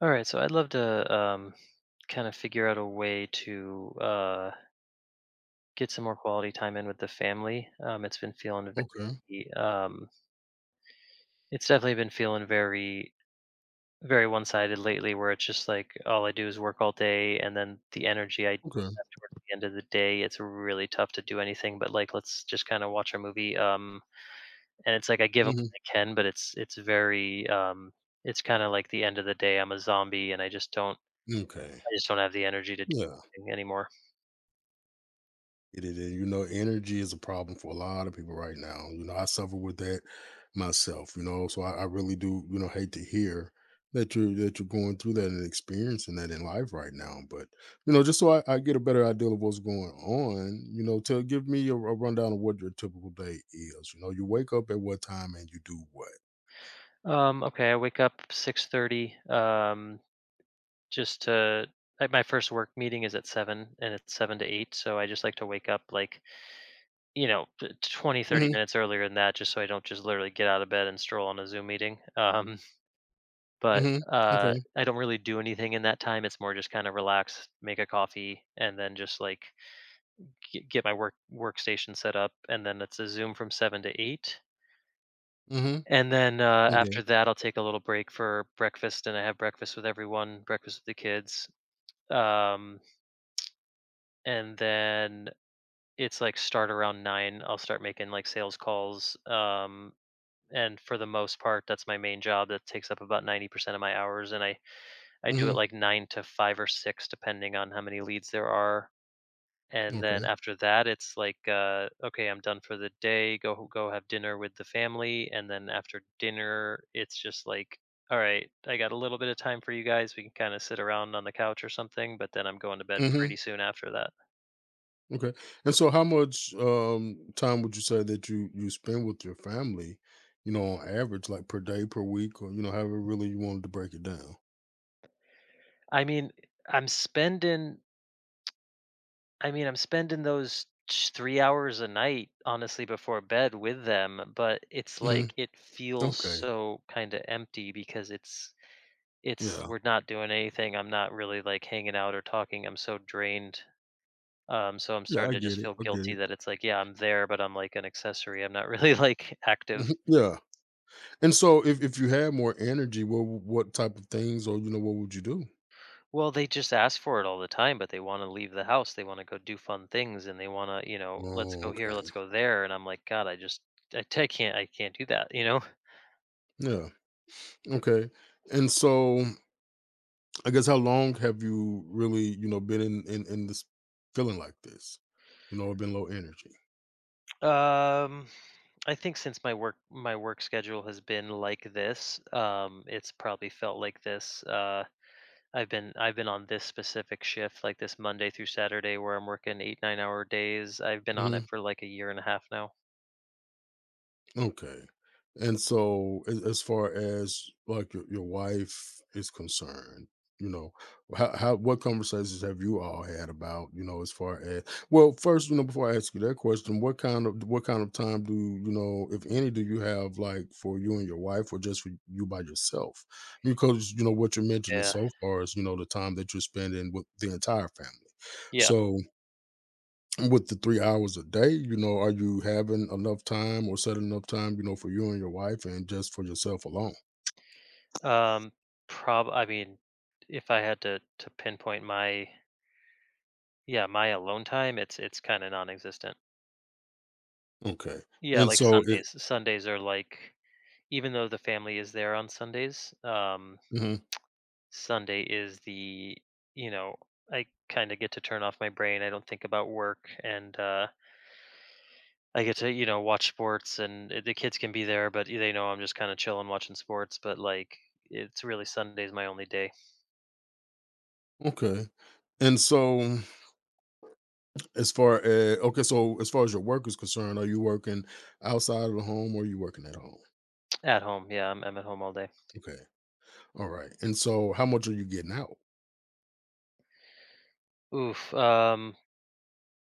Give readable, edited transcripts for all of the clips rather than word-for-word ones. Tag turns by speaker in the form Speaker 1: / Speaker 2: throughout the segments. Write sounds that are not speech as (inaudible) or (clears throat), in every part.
Speaker 1: All right, so I'd love to kind of figure out a way to get some more quality time in with the family. It's been feeling
Speaker 2: Okay,
Speaker 1: very, um, it's definitely been feeling very, very one-sided lately, where it's just like all I do is work all day, and then the energy I
Speaker 2: okay,
Speaker 1: towards the end of the day, it's really tough to do anything. But like, let's just kind of watch a movie. And it's like I give them
Speaker 2: mhm,
Speaker 1: what I can, but it's kind of like the end of the day. I'm a zombie, and
Speaker 2: m'kay.
Speaker 1: I just don't have the energy to do
Speaker 2: Yeah,
Speaker 1: anything anymore.
Speaker 2: it is. Energy is a problem for a lot of people right now. I suffer with that myself, so I really do, hate to hear that you're going through that and experiencing that in life right now. But, just so I get a better idea of what's going on, to give me a rundown of what your typical day is, you wake up at what time and you do what?
Speaker 1: Okay, I wake up 6:30 just to like my first work meeting is at 7, and it's 7 to 8, so I just like to wake up like, you know, t- 20 thirty
Speaker 2: Mhm,
Speaker 1: minutes earlier than that, just so I don't just literally get out of bed and stroll on a Zoom meeting. (laughs) But
Speaker 2: mhm, okay,
Speaker 1: I don't really do anything in that time. It's more just kind of relax, make a coffee, and then just like get my workstation set up, and then it's a Zoom from 7 to 8.
Speaker 2: mhm,
Speaker 1: And then
Speaker 2: okay,
Speaker 1: after that, I'll take a little break for breakfast, and I have breakfast with everyone, breakfast with the kids. Um, and then it's like start around 9. I'll start making like sales calls. And for the most part, that's my main job. That takes up about 90% of my hours, and I do it
Speaker 2: mhm,
Speaker 1: like 9 to 5 or 6, depending on how many leads there are. And then
Speaker 2: okay,
Speaker 1: after that it's like okay, I'm done for the day. Go have dinner with the family, and then after dinner it's just like, all right, I got a little bit of time for you guys. We can kind of sit around on the couch or something, but then I'm going to bed
Speaker 2: mhm.
Speaker 1: pretty soon after that.
Speaker 2: Okay. And so how much time would you say that you spend with your family, on average, like per day, per week, or however really you wanted to break it down?
Speaker 1: i mean i'm spending I mean, I'm spending those 3 hours a night honestly before bed with them, but it's
Speaker 2: Hmm.
Speaker 1: like it feels
Speaker 2: Okay.
Speaker 1: so kind of empty because it's
Speaker 2: Yeah.
Speaker 1: we're not doing anything. I'm not really like hanging out or talking. I'm so drained. So I'm
Speaker 2: Yeah,
Speaker 1: starting
Speaker 2: I
Speaker 1: to just
Speaker 2: get it.
Speaker 1: feel
Speaker 2: I get
Speaker 1: guilty
Speaker 2: it.
Speaker 1: that it's like, yeah, I'm there, but I'm like an accessory. I'm not really (laughs) like active.
Speaker 2: Mhm. Yeah. And so if you had more energy, what type of things or what would you do?
Speaker 1: Well, they just ask for it all the time, but they want to leave the house. They want to go do fun things, and they want to, let's
Speaker 2: Oh,
Speaker 1: go here,
Speaker 2: okay.
Speaker 1: let's go there. And I'm like, God, I just I can not I, t- I can't do that, you know? (laughs)
Speaker 2: Yeah. Okay. And so I guess how long have you really, been in this feeling like this? You know, been low energy.
Speaker 1: Um, I think since my work schedule has been like this, it's probably felt like this. I've been on this specific shift, like this Monday through Saturday where I'm working 8, 9-hour days. I've been on it
Speaker 2: Mm-hmm.
Speaker 1: for like a year and a half now.
Speaker 2: Okay. And so as far as like your wife is concerned, you know, how what conversations have you all had about, as far as, well, first, before I ask you that question, what kind of time do you know, if any, do you have like for you and your wife or just for you by yourself? Because what you're mentioning
Speaker 1: Yeah.
Speaker 2: so far is, the time that you're spending with the entire family.
Speaker 1: Yeah.
Speaker 2: So with the 3 hours a day, are you having enough time or set enough time, for you and your wife and just for yourself alone?
Speaker 1: Um, prob I mean, if I had to pinpoint my, yeah, my alone time, it's kind of non-existent.
Speaker 2: Okay.
Speaker 1: Yeah,
Speaker 2: And
Speaker 1: like
Speaker 2: so it
Speaker 1: Sundays. Sundays are like Even though the family is there on Sundays,
Speaker 2: Mhm,
Speaker 1: Sunday is the, you know, I kind of get to turn off my brain. I don't think about work, and I get to, watch sports, and the kids can be there, but they know I'm just kind of chilling, watching sports. But like, it's really Sunday's my only day
Speaker 2: okay. And so as far as, okay, so as far as your work is concerned, are you working outside of the home or are you working at home?
Speaker 1: at home. Yeah, I'm at home all day.
Speaker 2: Okay. All right. And so how much are you getting out?
Speaker 1: Oof.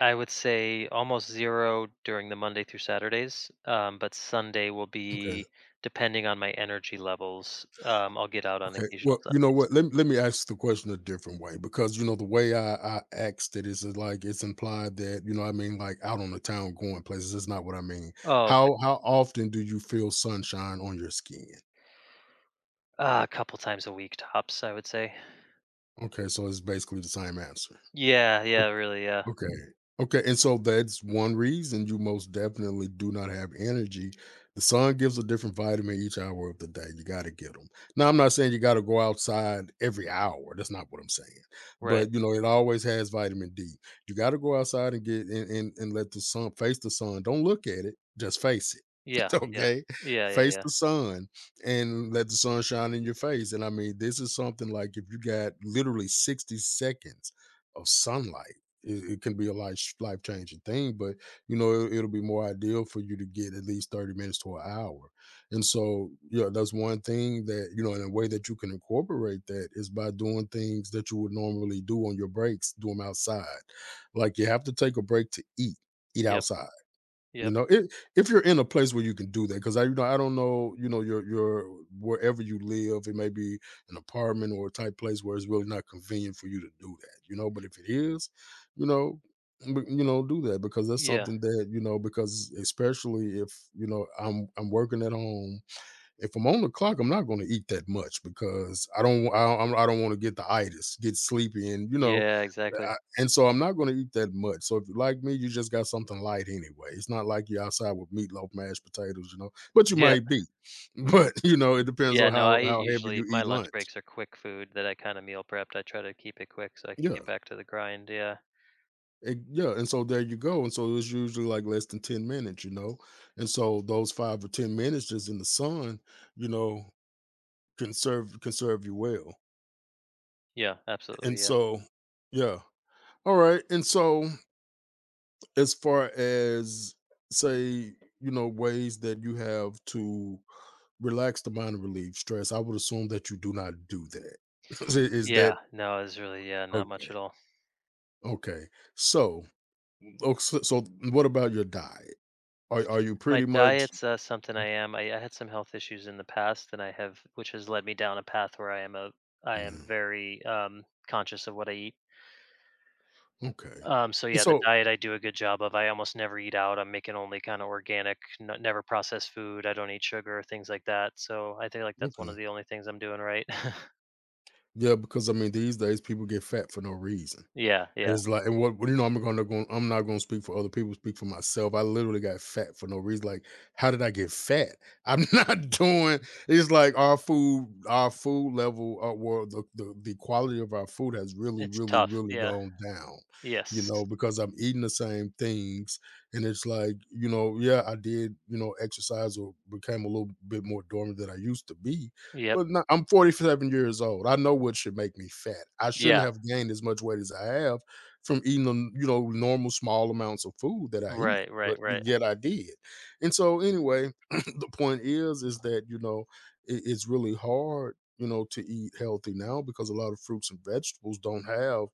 Speaker 1: I would say almost zero during the Monday through Saturdays. But Sunday will
Speaker 2: Okay.
Speaker 1: be depending on my energy levels. I'll get out on
Speaker 2: Okay.
Speaker 1: occasional
Speaker 2: Well, you know
Speaker 1: Sundays.
Speaker 2: what? Let me ask the question a different way, because, the way I asked it is, like, it's implied that, I mean, like, out on the town, going places. That's not what I mean.
Speaker 1: Oh, okay.
Speaker 2: How often do you feel sunshine on your skin?
Speaker 1: A couple times a week tops, I would say.
Speaker 2: Okay. So it's basically the same answer.
Speaker 1: Yeah, yeah, really, yeah.
Speaker 2: Okay. Okay. And so that's one reason you most definitely do not have energy. The sun gives a different vitamin each hour of the day. You got to get them. Now, I'm not saying you got to go outside every hour. That's not what I'm saying.
Speaker 1: Right.
Speaker 2: But, you know, it always has vitamin D. You got to go outside and get and let the sun, face the sun. Don't look at it, just face it.
Speaker 1: Yeah,
Speaker 2: (laughs)
Speaker 1: yeah.
Speaker 2: Okay.
Speaker 1: Yeah, yeah,
Speaker 2: Face
Speaker 1: yeah.
Speaker 2: the sun and let the sun shine in your face. And I mean, this is something like if you got literally 60 seconds of sunlight, it can be a life changing thing. But you know will be more ideal for you to get at least 30 minutes to an hour. And so, that's one thing that, you know, in a way that you can incorporate that is by doing things that you would normally do on your breaks, do them outside. Like, you have to take a break to eat, eat
Speaker 1: Yep,
Speaker 2: outside.
Speaker 1: yep.
Speaker 2: If you're in a place where you can do that, because I, I don't know, your wherever you live, it may be an apartment or a type place where it's really not convenient for you to do that, you know. But if it is, you know, do that, because that's
Speaker 1: Yeah.
Speaker 2: something that, you know, because especially if, you know, I'm working at home, if I'm on the clock, I'm not going to eat that much, because I don't want to get the itis, get sleepy, and you know,
Speaker 1: Yeah,
Speaker 2: I,
Speaker 1: exactly. (laughs)
Speaker 2: and so I'm not going to eat that much. So if you like me, you just got something light anyway. It's not like you're outside with meatloaf, mashed potatoes, you know. But you
Speaker 1: Yep.
Speaker 2: might be, (laughs) but you know, it depends
Speaker 1: Yeah,
Speaker 2: on
Speaker 1: no,
Speaker 2: how
Speaker 1: I eat,
Speaker 2: heavy
Speaker 1: usually
Speaker 2: you
Speaker 1: my
Speaker 2: eat
Speaker 1: lunch
Speaker 2: lunch.
Speaker 1: breaks are quick food that I kinda meal prepped. I try to keep it quick so I can
Speaker 2: Yeah,
Speaker 1: get back to the grind, yeah.
Speaker 2: yeah, and so there you go. And so it's usually like less than 10 minutes, you know. And so those 5 or 10 minutes just in the sun, you know, can serve you well.
Speaker 1: Yeah, absolutely,
Speaker 2: And
Speaker 1: yeah.
Speaker 2: so, yeah, all right. And so, as far as, say, ways that you have to relax the mind and relieve stress, I would assume that you do not do that. (laughs) Is
Speaker 1: Yeah,
Speaker 2: that
Speaker 1: no, it's really, yeah, not much at
Speaker 2: okay?
Speaker 1: all.
Speaker 2: Okay. So, so what about your diet? Are you
Speaker 1: My
Speaker 2: pretty much,
Speaker 1: diet's, something I had some health issues in the past, and I have which has led me down a path where I am
Speaker 2: mm,
Speaker 1: very, conscious of what I eat.
Speaker 2: okay?
Speaker 1: So
Speaker 2: And
Speaker 1: yeah, the
Speaker 2: so,
Speaker 1: diet I do a good job of. I almost never eat out. I'm making only kind of organic, never processed food. I don't eat sugar, things like that. So I think like that's one of
Speaker 2: okay.
Speaker 1: the only things I'm doing right. (laughs)
Speaker 2: Yeah, because I mean, these days people get fat for no reason.
Speaker 1: Yeah,
Speaker 2: And
Speaker 1: yeah.
Speaker 2: it's like, and what, you know, I'm gonna go. I'm not gonna speak for other people. Speak for myself. I literally got fat for no reason. Like, how did I get fat? I'm (laughs) not doing. It's like our food level, well, the quality of our food has
Speaker 1: It's tough.
Speaker 2: really
Speaker 1: Yeah.
Speaker 2: gone down. You
Speaker 1: Yes.
Speaker 2: know, because I'm eating the same things, and it's like, you know, yeah, I did, you know, exercise or became a little bit more dormant than I used to be,
Speaker 1: Yep.
Speaker 2: but not, I'm 47 years old. I know what should make me fat. I shouldn't
Speaker 1: Yeah.
Speaker 2: have gained as much weight as I have from eating the, you know, normal small amounts of food that I eat,
Speaker 1: Right, right,
Speaker 2: but
Speaker 1: right.
Speaker 2: yet I did. And so, anyway, (clears throat) the point is that, you know, it's really hard, you know, to eat healthy now, because a lot of fruits and vegetables don't have,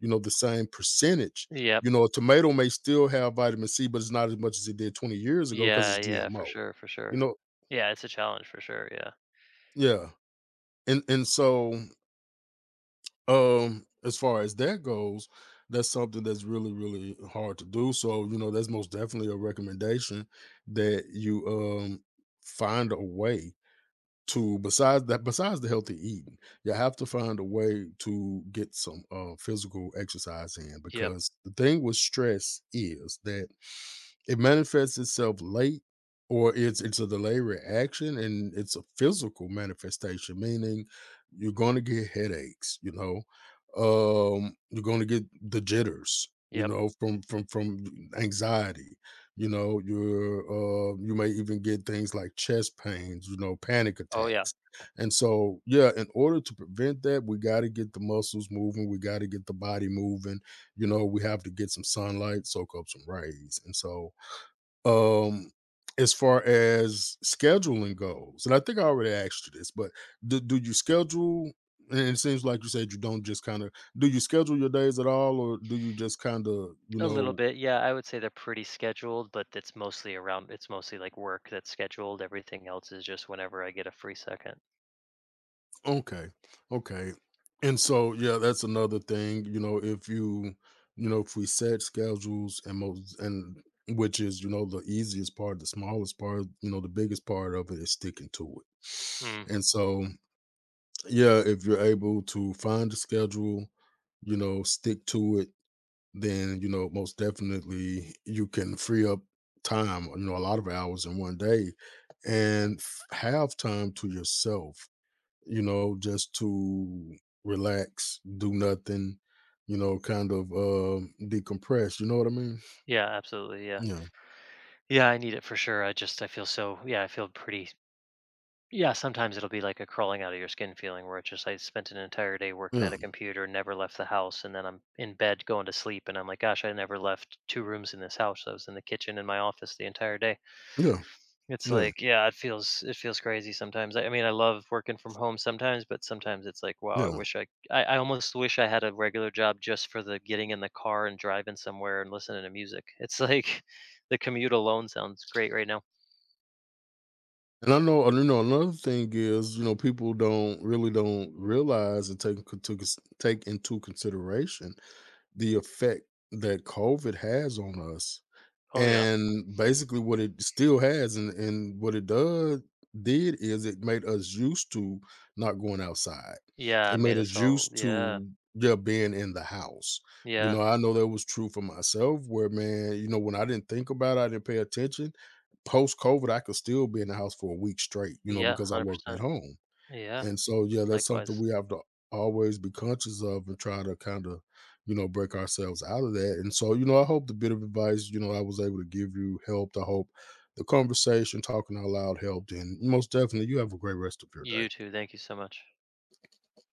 Speaker 2: you know, the same percentage.
Speaker 1: Yep.
Speaker 2: You know, a tomato may still have vitamin C, but it's not as much as it did 20 years ago because
Speaker 1: Yeah,
Speaker 2: it's
Speaker 1: yeah, for
Speaker 2: GMO.
Speaker 1: sure, for
Speaker 2: You
Speaker 1: sure.
Speaker 2: know,
Speaker 1: Yeah, it's a challenge for sure. Yeah.
Speaker 2: yeah, and so um, as far as that goes, that's something that's really, really hard to do. So, you know, that's most definitely a recommendation that you, find a way to, besides that, besides the healthy eating, you have to find a way to get some physical exercise in,
Speaker 1: Yep.
Speaker 2: because the thing with stress is that it manifests itself late, or it's a delay reaction, and it's a physical manifestation, meaning you're gonna get headaches, you know. You're gonna get the jitters, you
Speaker 1: Yep.
Speaker 2: know, from from anxiety, you know, you're you may even get things like chest pains, you know, panic
Speaker 1: Oh yeah.
Speaker 2: attacks. And so, yeah, in order to prevent that, we got to get the muscles moving. We got to get the body moving. You know, we have to get some sunlight, soak up some rays. And so, um as far as scheduling goes, and I think I already asked you this, but do, do you schedule, and it seems like you said you don't, just kind of, do you schedule your days at all, or do you just kind of, you
Speaker 1: A little
Speaker 2: know.
Speaker 1: bit. Yeah, I would say they're pretty scheduled, but it's mostly like work that's scheduled. Everything else is just whenever I get a free second.
Speaker 2: Okay, okay. And so, yeah, that's another thing, you know, if you, you know, if we set schedules, and most and which is, you know, the easiest part, the smallest part, you know, the biggest part of it is sticking to it.
Speaker 1: Mhm.
Speaker 2: And so, yeah, if you're able to find a schedule, you know, stick to it, then, you know, most definitely you can free up time, you know, a lot of hours in one day, and have time to yourself, you know, just to relax, do nothing, you know, kind of, decompress. You know what I mean?
Speaker 1: Yeah, absolutely. Yeah.
Speaker 2: Yeah.
Speaker 1: Yeah, I need it for sure. I feel so, yeah, I feel pretty yeah, sometimes it'll be like a crawling out of your skin feeling, where it's just I spent an entire day working at
Speaker 2: Yeah.
Speaker 1: a computer, never left the house, and then I'm in bed going to sleep, and I'm like, gosh, I never left two rooms in this house. I was in the kitchen and my office the entire day.
Speaker 2: Yeah.
Speaker 1: It's
Speaker 2: Yeah.
Speaker 1: like, yeah, it feels crazy sometimes. I mean, I love working from home sometimes, but sometimes it's like, wow, I
Speaker 2: Yeah.
Speaker 1: wish I, I I almost wish I had a regular job just for the getting in the car and driving somewhere and listening to music. It's like (laughs) the commute alone sounds great right now.
Speaker 2: And I know, and you know, another thing is, you know, people don't really, don't realize and take into take into consideration the effect that COVID has on us,
Speaker 1: Oh yeah.
Speaker 2: and basically what it still has, and what it does did, is it made us used to not going outside,
Speaker 1: Yeah,
Speaker 2: it
Speaker 1: it
Speaker 2: made
Speaker 1: made
Speaker 2: us
Speaker 1: us all,
Speaker 2: used
Speaker 1: yeah.
Speaker 2: to, yeah, being in the house. You
Speaker 1: Yeah.
Speaker 2: know, I know that was true for myself, where, man, you know, when I didn't think about it, I didn't pay attention, post covid I could still be in the house for a week straight, you know,
Speaker 1: Yeah,
Speaker 2: because I worked at
Speaker 1: 100%.
Speaker 2: home.
Speaker 1: Yeah,
Speaker 2: And so, yeah, that's something
Speaker 1: likewise.
Speaker 2: we have to always be conscious of and try to kind of, you know, break ourselves out of that. And so, you know, I hope the bit of advice, you know, I was able to give you helped. I hope the conversation, talking out loud, helped. And most definitely, you have a great rest of your day.
Speaker 1: You too. Thank you so much.